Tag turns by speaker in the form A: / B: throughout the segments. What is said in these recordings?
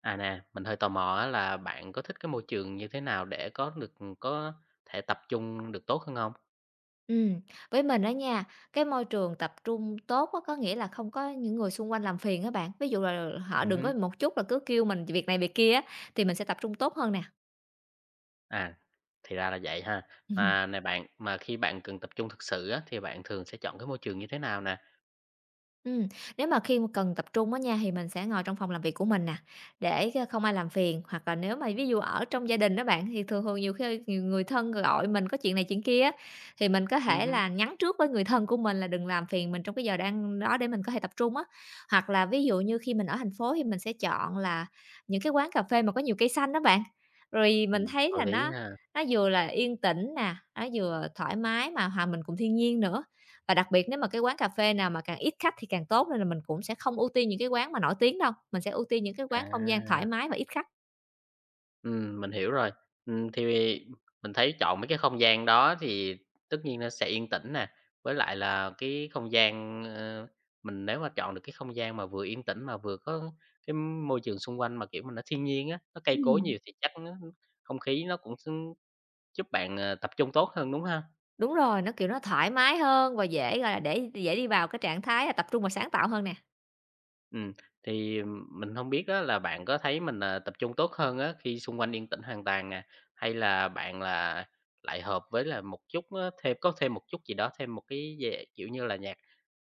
A: À, nè, mình hơi tò mò á là bạn có thích cái môi trường như thế nào để có thể tập trung được tốt hơn không?
B: Ừm, với mình đó nha, cái môi trường tập trung tốt á, có nghĩa là không có những người xung quanh làm phiền các bạn. Ví dụ là họ đừng có
A: Ừm.
B: một chút là cứ kêu mình việc này việc kia á, thì mình sẽ tập trung tốt hơn nè.
A: À, thì ra là vậy ha. Mà này bạn, mà khi bạn cần tập trung thực sự á, thì bạn thường sẽ chọn cái môi trường như thế nào nè?
B: Ừm, nếu mà khi mà cần tập trung á nha, thì mình sẽ ngồi trong phòng làm việc của mình nè, để, không ai làm phiền. Hoặc là nếu mà ví dụ ở trong gia đình đó bạn, thì thường thường nhiều khi nhiều người thân gọi mình có chuyện này chuyện kia á, thì mình có thể
A: Hứm.
B: là nhắn trước với người thân của mình là đừng làm phiền mình trong cái giờ đang đó để mình có thể tập trung á. Hoặc là ví dụ như khi mình ở thành phố thì mình sẽ chọn là những cái quán cà phê mà có nhiều cây xanh đó bạn. Rồi mình thấy
A: Có
B: là
A: lý
B: nó
A: ha.
B: nó vừa là yên tĩnh nè, nó vừa thoải mái mà hòa mình cùng thiên nhiên nữa. Và đặc biệt nếu mà cái quán cà phê nào mà càng ít khách thì càng tốt, nên là mình cũng sẽ không ưu tiên những cái quán mà nổi tiếng đâu, mình sẽ ưu tiên những cái
A: À.
B: quán không gian thoải mái và ít khách.
A: Mình hiểu rồi. Thì mình thấy chọn mấy cái không gian đó thì tất nhiên nó sẽ yên tĩnh nè, với lại là cái không gian, mình nếu mà chọn được cái không gian mà vừa yên tĩnh mà vừa có cái môi trường xung quanh mà, kiểu mà, nó thiên nhiên á, nó cây cối
B: Ừm.
A: nhiều thì chắc nó không khí nó cũng giúp bạn, tập trung tốt hơn, đúng không?
B: Đúng rồi, nó, kiểu, nó thoải mái hơn và dễ, gọi là, để dễ đi vào cái trạng thái là tập trung và sáng tạo hơn nè.
A: Ừm, thì mình không biết á là bạn có thấy mình, tập trung tốt hơn á khi xung quanh yên tĩnh hoàn toàn nè, hay là bạn lại hợp với là một chút á có thêm một chút gì đó, thêm một cái về, kiểu như là, nhạc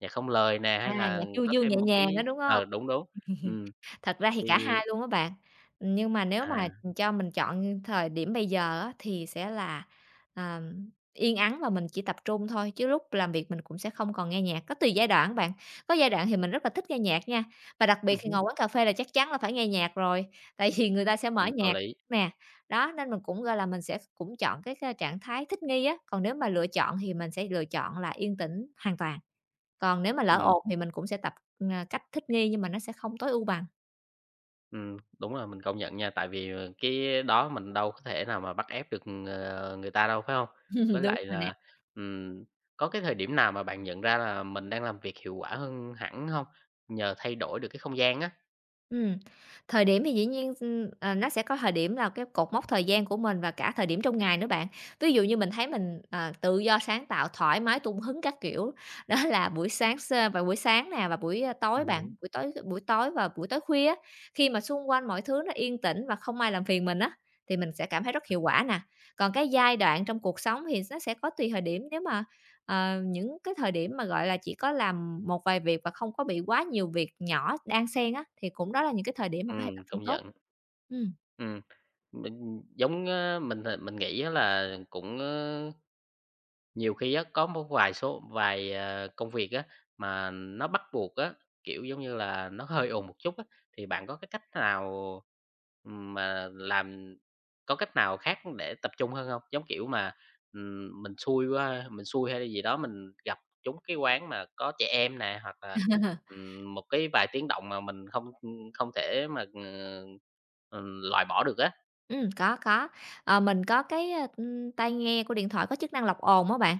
A: nhạc không lời nè,
B: À,
A: hay là
B: nhạc du
A: có
B: dương nhẹ
A: thêm một
B: nhàng đó
A: cái
B: đúng hông?
A: đúng, đúng. Ừm,
B: Thật ra thì cả
A: thì.
B: hai luôn á bạn, nhưng mà nếu
A: À.
B: mà cho mình chọn thời điểm bây giờ á, thì sẽ là, à, yên ắng và mình chỉ tập trung thôi, chứ lúc làm việc mình cũng sẽ không còn nghe nhạc. Có tùy giai đoạn bạn, có giai đoạn thì mình rất là thích nghe nhạc nha, và đặc biệt
A: Ừm
B: khi
A: hứm.
B: ngồi quán cà phê là chắc chắn là phải nghe nhạc rồi, tại vì người ta sẽ mở
A: Ừm, có
B: nhạc
A: lý.
B: nè. Đó, nên mình cũng, gọi là, mình sẽ cũng chọn cái trạng thái thích nghi á, còn nếu mà lựa chọn thì mình sẽ lựa chọn là yên tĩnh hoàn toàn, còn nếu mà lỡ
A: Ừm.
B: ồn thì mình cũng sẽ tập, cách thích nghi nhưng mà nó sẽ không tối ưu bằng.
A: Đúng là mình công nhận nha, tại vì, cái đó mình đâu có thể nào mà bắt ép được, người ta đâu, phải không? Với
B: Đúng
A: lại
B: rồi nè.
A: là, ừm, có cái thời điểm nào mà bạn nhận ra là mình đang làm việc hiệu quả hơn hẳn không? Nhờ thay đổi được cái không gian á.
B: Ừm, thời điểm thì dĩ nhiên, nó sẽ có thời điểm là cái cột mốc thời gian của mình và cả thời điểm trong ngày nữa bạn. Ví dụ như mình thấy mình, tự do sáng tạo, thoải mái tung hứng các kiểu, đó là buổi sáng s vào buổi sáng nè và buổi tối
A: Hứm.
B: bạn, buổi tối và buổi tối khuya á, khi mà xung quanh mọi thứ nó yên tĩnh và không ai làm phiền mình á, thì mình sẽ cảm thấy rất hiệu quả nè. Còn cái giai đoạn trong cuộc sống thì nó sẽ có tùy thời điểm, nếu mà những cái thời điểm mà, gọi là, chỉ có làm một vài việc và không có bị quá nhiều việc nhỏ đan xen á, thì cũng đó là những cái thời điểm mà có thể tập trung
A: Công
B: tốt.
A: nhận.
B: Ừm.
A: Ừm, mình giống, ơ, mình, ờ, mình nghĩ á là cũng. Nhiều khi á, có một vài công việc á, mà nó bắt buộc á, kiểu, giống như là, nó hơi ồn một chút á, thì bạn có cái cách nào, mà làm có cách nào khác để tập trung hơn không? Giống kiểu mà, mình xui quá mình xui hay là gì đó, mình gặp trúng cái quán mà có trẻ em nè, hoặc là, một cái vài tiếng động mà mình không thể mà, loại bỏ được á.
B: Có, có. Mình có cái, tai nghe của điện thoại có chức năng lọc ồn đó bạn,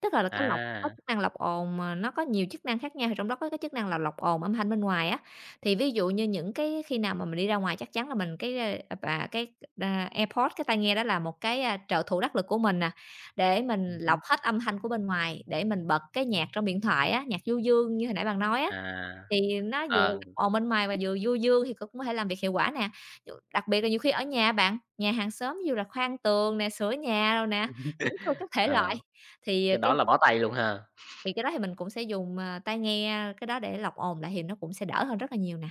B: tức là cái lọc có
A: À.
B: chức năng lọc ồn mà nó có nhiều chức năng khác nhau, thì trong đó có cái chức năng là lọc ồn âm thanh bên ngoài á. Thì ví dụ như những cái khi nào mà mình đi ra ngoài chắc chắn là mình cái, và cái, AirPod, cái tai nghe đó là một cái, trợ thủ đắc lực của mình nè, để mình
A: Ừm.
B: lọc hết âm thanh của bên ngoài, để mình bật cái nhạc trong điện thoại á, nhạc du dương như hồi nãy bạn nói á,
A: À,
B: thì nó vừa
A: ờ,
B: ồn bên ngoài và vừa du dương thì cũng có thể làm việc hiệu quả nè. Đặc biệt là nhiều khi ở nhà bạn, nhà hàng xóm dù là khoan tường nè, sửa nhà đồ nè, tính thôi các thể loại,
A: ờ,
B: thì, ờ,
A: cái
B: cái
A: đó là bó tay luôn ha.
B: thì cái đó thì mình cũng sẽ dùng, tai nghe cái đó để lọc ồn lại thì nó cũng sẽ đỡ hơn rất là nhiều nè.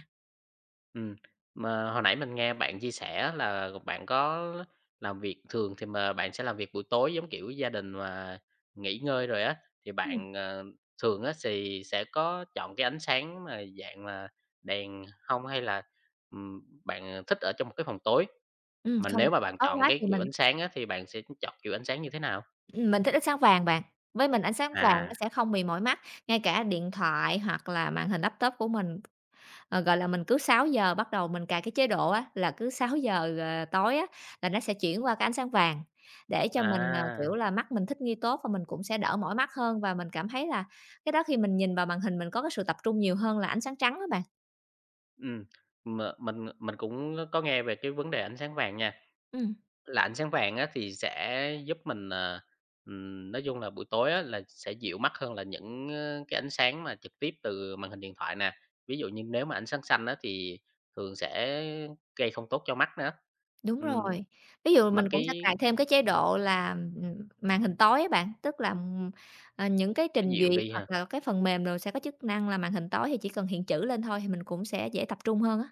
A: Ừm, mà hồi nãy mình nghe bạn chia sẻ là bạn có làm việc thường thì mà bạn sẽ làm việc buổi tối, giống kiểu, gia đình mà nghỉ ngơi rồi á, thì
B: Ừm,
A: bạn, thường á thì sẽ có chọn cái ánh sáng mà dạng là đèn hông? Hay là, bạn thích ở trong một cái phòng tối? Mà
B: không
A: nếu mà bạn
B: tối
A: chọn
B: quá
A: cái
B: thì
A: kiểu ánh sáng á thì bạn sẽ chọn kiểu ánh sáng như thế nào?
B: mình thích ánh sáng vàng bạn, với mình ánh sáng vàng nó
A: À.
B: sẽ không bị mỏi mắt, ngay cả điện thoại hoặc là màn hình laptop của mình. Gọi là, mình cứ sáu giờ bắt đầu mình cài cái chế độ á, là cứ 6:00, tối á, là nó sẽ chuyển qua cái ánh sáng vàng để cho mình,
A: À,
B: kiểu là, mắt mình thích nghi tốt và mình cũng sẽ đỡ mỏi mắt hơn và mình cảm thấy là cái đó khi mình nhìn vào màn hình mình có cái sự tập trung nhiều hơn là ánh sáng trắng đó bạn.
A: ừm, m mình cũng có nghe về cái vấn đề ánh sáng vàng nha.
B: Ừm,
A: Là ánh sáng vàng á thì sẽ giúp mình, nói chung là buổi tối á là sẽ dịu mắt hơn là những, cái ánh sáng mà trực tiếp từ màn hình điện thoại nè. Ví dụ như nếu mà ánh sáng xanh á thì thường sẽ gây không tốt cho mắt nữa.
B: đúng
A: Ừm,
B: rồi. Ví dụ
A: mà
B: mình cũng sẽ
A: cái
B: cài thêm cái chế độ là, màn hình tối á bạn, tức là, những cái
A: nó
B: trình
A: dịu
B: duyệt
A: đi
B: hoặc
A: ha.
B: là cái phần mềm rồi sẽ có chức năng là màn hình tối thì chỉ cần hiện chữ lên thôi thì mình cũng sẽ dễ tập trung hơn á.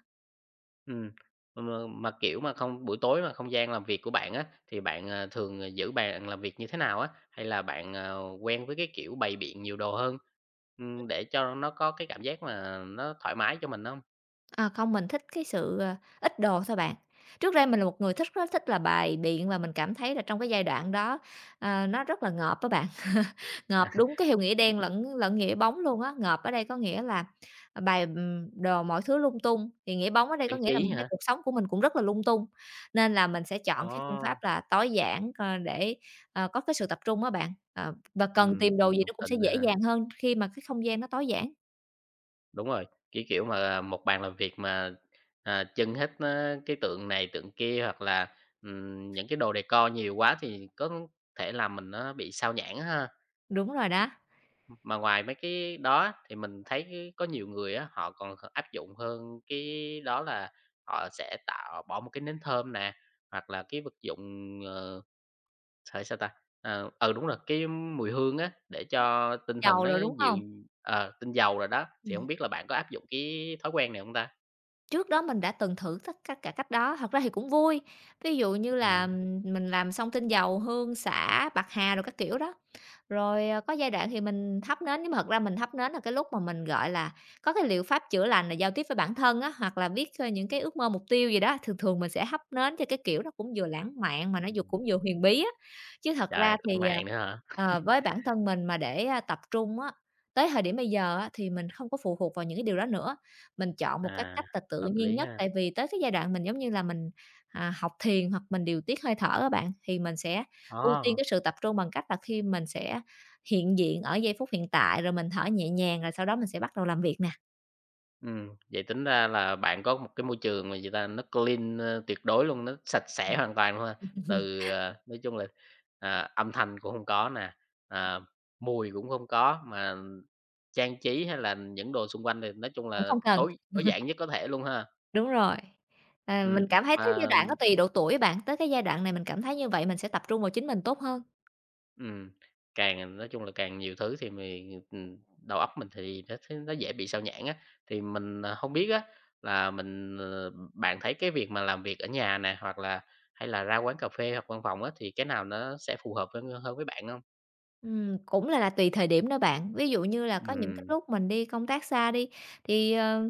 A: Ừm, mà mà, kiểu, mà không buổi tối mà không gian làm việc của bạn á, thì bạn, thường, giữ bàn làm việc như thế nào á? Hay là bạn, quen với cái kiểu bày biện nhiều đồ hơn, để cho nó có cái cảm giác mà nó thoải mái cho mình không?
B: À, không, mình thích cái sự, ít đồ thôi bạn. Trước đây mình là một người thích rất thích là bài biện và mình cảm thấy là trong cái giai đoạn đó, nó rất là ngợp các bạn, ngợp đúng cái hiệu nghĩa đen lẫn lẫn nghĩa bóng luôn á. Ngợp ở đây có nghĩa là, đồ mọi thứ lung tung, thì nghĩa bóng ở đây có
A: Trang
B: nghĩa là
A: trí
B: mình thấy
A: hả?
B: cuộc sống của mình cũng rất là lung tung, nên là mình sẽ
A: Ờ,
B: chọn cái phương pháp là tối giản, để, có cái sự tập trung á bạn, và cần tìm đồ
A: mình
B: gì
A: đồng
B: nó cũng sẽ
A: tình,
B: dễ
A: à,
B: dàng hơn khi mà cái không gian nó tối giản.
A: đúng rồi, cái kiểu mà một bàn làm việc mà, trưng hết á cái tượng này tượng kia hoặc là, những cái đồ decor nhiều quá thì có thể làm mình nó bị sao nhãng ha.
B: Đúng rồi đó,
A: Mà ngoài mấy cái đó thì mình thấy cái có nhiều người á, họ còn áp dụng hơn cái đó là họ sẽ tạo bỏ một cái nến thơm nè, hoặc là cái vật dụng. Ờ Phải sao ta? Ờ, ừ, đúng rồi, cái mùi hương á, để cho tinh thần
B: giàu
A: nó
B: rồi đúng
A: dịu,
B: không?
A: tinh dầu rồi đó, thì không
B: Ừm.
A: biết là bạn có áp dụng cái thói quen này không ta?
B: Trước đó mình đã từng thử tất tất cả cách đó, thật ra thì cũng vui. Ví dụ như là,
A: Ừm,
B: mình làm xong tinh dầu, hương, xả, bạc hà rồi các kiểu đó. Rồi, có giai đoạn thì mình thắp nến, nhưng mà thật ra mình thắp nến là cái lúc mà mình, gọi là, có cái liệu pháp chữa lành là giao tiếp với bản thân á, hoặc là viết, những cái ước mơ, mục tiêu gì đó, thường thường mình sẽ thắp nến theo cái kiểu nó cũng vừa lãng mạn mà nó vừa
A: ừm.
B: cũng vừa huyền bí á. Chứ thật
A: Trời,
B: ra thì,
A: lãng mạn nữa hả?
B: với bản thân mình mà để, tập trung á, tới thời điểm bây giờ á thì mình không có phụ thuộc vào những cái điều đó nữa. Mình chọn một cái
A: À,
B: cách là tự
A: hợp
B: nhiên
A: lý
B: nhất,
A: ha.
B: tại vì tới cái giai đoạn mình, giống như là, mình, học thiền hoặc mình điều tiết hơi thở á bạn, thì mình sẽ ưu tiên
A: Ờ.
B: cái sự tập trung bằng cách là khi mình sẽ hiện diện ở giây phút hiện tại, rồi mình thở nhẹ nhàng, rồi sau đó mình sẽ bắt đầu làm việc nè.
A: Vậy tính ra là bạn có một cái môi trường mà người ta, nó clean, tuyệt đối luôn, nó sạch sẽ hoàn toàn luôn ha. Từ, nói chung là, âm thanh cũng không có nè, à, mùi cũng không có, mà trang trí hay là những đồ xung quanh thì nói chung
B: Cũng
A: là
B: không cần
A: tối tối giản nhất có thể luôn ha.
B: đúng rồi. À,
A: Ừm,
B: mình cảm thấy tới giai
A: mà.
B: đoạn có tùy độ tuổi bạn, tới cái giai đoạn này mình cảm thấy như vậy mình sẽ tập trung vào chính mình tốt hơn.
A: Ừm, càng nói chung là càng nhiều thứ thì mình đầu óc mình thì nó thấy nó dễ bị sao nhãng á. Thì mình, hông biết á là mình, ờ bạn thấy cái việc mà làm việc ở nhà nè, hoặc là hay là ra quán cà phê hoặc văn phòng á, thì cái nào nó sẽ phù hợp hơn hơn với bạn không?
B: Cũng là tùy thời điểm đó bạn. Ví dụ như là có những cái
A: Ừm.
B: lúc mình đi công tác xa đi, thì, ờ,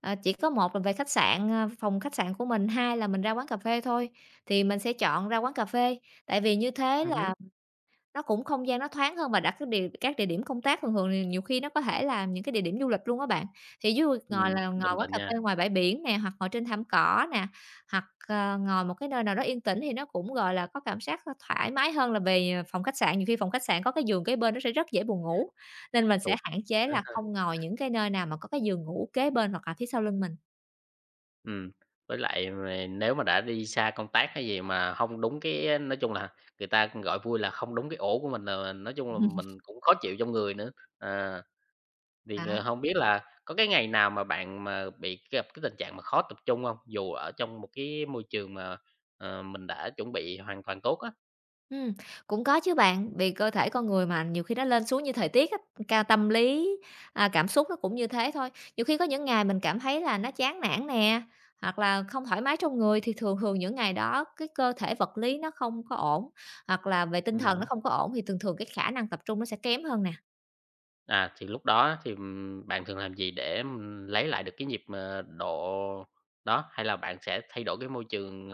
B: ờ, chỉ có một là về khách sạn, phòng khách sạn của mình, hai là mình ra quán cà phê thôi, thì mình sẽ chọn ra quán cà phê. Tại vì như thế
A: Ừm.
B: là nó cũng không gian nó thoáng hơn và đặt các địa điểm công tác thường thường thì nhiều khi nó có thể là những cái địa điểm du lịch luôn á bạn. Thì ví dụ ngồi là
A: Đồng
B: ngồi quán
A: tình
B: cà
A: nha.
B: phê ngoài bãi biển nè, hoặc ngồi trên thảm cỏ nè, hoặc, ngồi một cái nơi nào đó yên tĩnh thì nó cũng, gọi là, có cảm giác, thoải mái hơn là về, phòng khách sạn. Nhiều khi phòng khách sạn có cái giường kế bên nó sẽ rất dễ buồn ngủ, nên mình
A: Tù.
B: sẽ hạn chế là không ngồi những cái nơi nào mà có cái giường ngủ kế bên hoặc là phía sau lưng mình.
A: Ừm, với lại mà nếu mà đã đi xa công tác hay gì mà không đúng cái nói chung là, người ta cũng gọi vui là không đúng cái ổ của mình là nói chung là mình cũng khó chịu trong người nữa. À, thì,
B: Đó.
A: hông biết là có cái ngày nào mà bạn mà bị gặp cái tình trạng mà khó tập trung không? Dù ở trong một cái môi trường mà, mình đã chuẩn bị hoàn toàn tốt á.
B: Ừm, Cũng có chứ bạn, vì cơ thể con người mà nhiều khi nó lên xuống như thời tiết á, ca tâm lý, cảm xúc nó cũng như thế thôi. Nhiều khi có những ngày mình cảm thấy là nó chán nản nè, hoặc là không thoải mái trong người thì thường thường những ngày đó cái cơ thể vật lý nó không có ổn, hoặc là về tinh thần nó
A: Ừm.
B: không có ổn thì thường thường cái khả năng tập trung nó sẽ kém hơn nè.
A: À, thì lúc đó thì, bạn thường làm gì để, lấy lại được cái nhịp, độ đó? Hay là bạn sẽ thay đổi cái môi trường,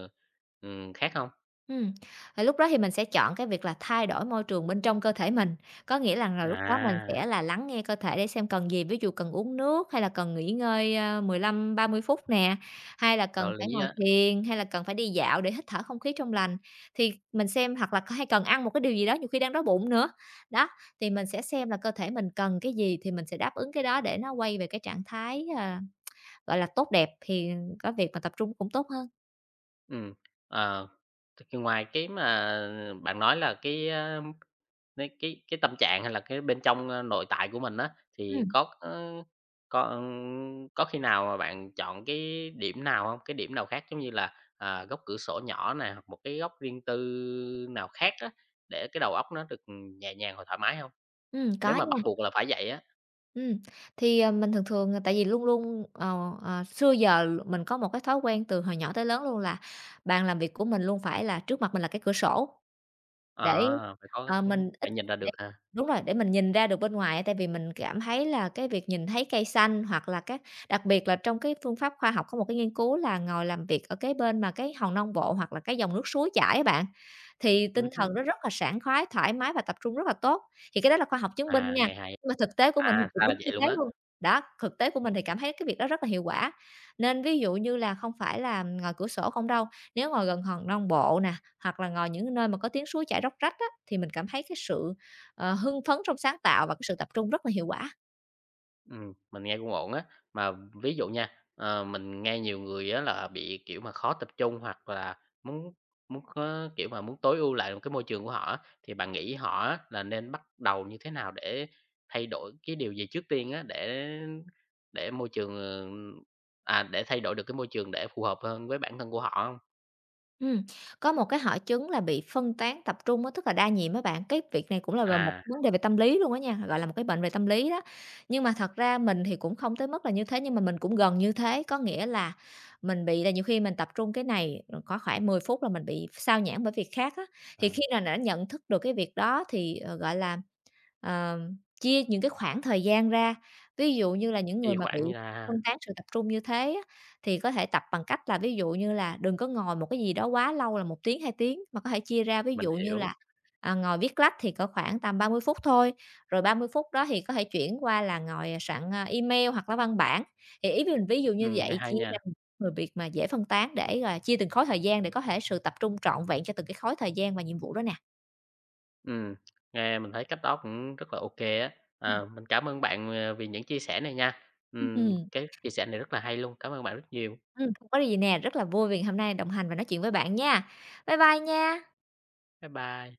A: khác không?
B: Ừm, thì lúc đó thì mình sẽ chọn cái việc là thay đổi môi trường bên trong cơ thể mình, có nghĩa rằng là lúc đó mình
A: À.
B: sẽ là lắng nghe cơ thể để xem cần gì, ví dụ cần uống nước hay là cần nghỉ ngơi, 15-30 phút nè, hay là
A: Đạo
B: cần phải
A: lý
B: ngồi
A: á,
B: thiền, hay là cần phải đi dạo để hít thở không khí trong lành. Thì mình xem hoặc là hay cần ăn một cái điều gì đó, nhiều khi đang đói bụng nữa. Đó, thì mình sẽ xem là cơ thể mình cần cái gì thì mình sẽ đáp ứng cái đó để nó quay về cái trạng thái, gọi là, tốt đẹp thì có việc mà tập trung cũng tốt hơn.
A: ừm, ờ, ngoài cái mà bạn nói là cái, cái tâm trạng hay là cái bên trong, nội tại của mình á, thì
B: Ừm,
A: có, ơ, có, ưm, có khi nào mà bạn chọn cái điểm nào không? Cái điểm nào khác giống như là, góc cửa sổ nhỏ nè, hoặc một cái góc riêng tư nào khác á, để cái đầu óc nó được, nhẹ nhàng và thoải mái không? Nếu
B: có
A: mà bắt
B: nha.
A: buộc là phải vậy á,
B: Ừm, thì, mình thường thường là tại vì luôn luôn, xưa giờ mình có một cái thói quen từ hồi nhỏ tới lớn luôn là bàn làm việc của mình luôn phải là trước mặt mình là cái cửa sổ.
A: ờ,
B: Để,
A: phải có
B: ờ,
A: không
B: mình
A: phải
B: ít
A: nhìn ra được
B: để
A: ha?
B: Đúng rồi, để mình nhìn ra được bên ngoài á, tại vì mình cảm thấy là cái việc nhìn thấy cây xanh hoặc là đặc biệt là trong cái phương pháp khoa học có một cái nghiên cứu là ngồi làm việc ở cái bên mà cái hòn non bộ hoặc là cái dòng nước suối chảy á bạn, thì tinh
A: Hứm,
B: thần nó rất là sảng khoái, thoải mái và tập trung rất là tốt. Thì cái đó là khoa học chứng minh
A: à,
B: nha,
A: nghe hay,
B: nhưng mà thực tế của mình thì
A: à,
B: cũng
A: ra là
B: đúng
A: vậy
B: như
A: luôn
B: thế
A: á.
B: luôn. Đó, thực tế của mình thì cảm thấy cái việc đó rất là hiệu quả. Nên ví dụ như là không phải là ngồi cửa sổ không đâu, nếu ngồi gần hòn non bộ nè hoặc là ngồi những nơi mà có tiếng suối chảy róc rách á, thì mình cảm thấy cái sự, hưng phấn trong sáng tạo và cái sự tập trung rất là hiệu quả.
A: Mình nghe cũng ổn á. Mà ví dụ nha, mình nghe nhiều người á là bị, kiểu mà, khó tập trung hoặc là muốn muốn có kiểu mà, muốn tối ưu lại một cái môi trường của họ á, thì bạn nghĩ họ á là nên bắt đầu như thế nào để thay đổi cái điều gì trước tiên á, để môi trường, để thay đổi được cái môi trường để phù hợp hơn với bản thân của họ không?
B: Ừm, có một cái hội chứng là bị phân tán tập trung á, tức là đa nhiệm á bạn, cái việc này cũng là về một
A: À,
B: vấn đề về tâm lý luôn á nha, gọi là một cái bệnh về tâm lý đó. Nhưng mà thật ra mình thì cũng không tới mức là như thế, nhưng mà mình cũng gần như thế, có nghĩa là mình bị là nhiều khi mình tập trung cái này, rồi có khoảng 10 phút là mình bị sao nhãng bởi việc khác á.
A: ờ,
B: Thì khi nào đã nhận thức được cái việc đó thì, gọi là, Ờ, chia những cái khoảng thời gian ra, ví dụ như là những người
A: chia
B: mà bị
A: khoảng ra ha,
B: phân tán sự tập trung như thế á, thì có thể tập bằng cách là ví dụ như là đừng có ngồi một cái gì đó quá lâu là 1 tiếng, 2 tiếng, mà có thể chia ra. Ví
A: mình
B: dụ như
A: hiểu.
B: là, ngồi viết lách thì có khoảng tầm 30 phút thôi, rồi 30 phút đó thì có thể chuyển qua là ngồi, soạn, email hoặc là văn bản. Thì ý mình ví dụ như
A: Nghe
B: vậy,
A: hay
B: chia
A: nha.
B: ra những người việc mà dễ phân tán để, gọi là, chia từng khối thời gian để có thể sự tập trung trọn vẹn cho từng cái khối thời gian và nhiệm vụ đó nè.
A: Ừm, nghe mình thấy cách đó cũng rất là ok á. À, mình cảm ơn bạn, vì những chia sẻ này nha.
B: Ừm.
A: Cái chia sẻ này rất là hay luôn. Cảm ơn bạn rất nhiều.
B: Không có gì nè, rất là vui vì hôm nay đồng hành và nói chuyện với bạn nha. Bye bye nha.
A: Bye bye.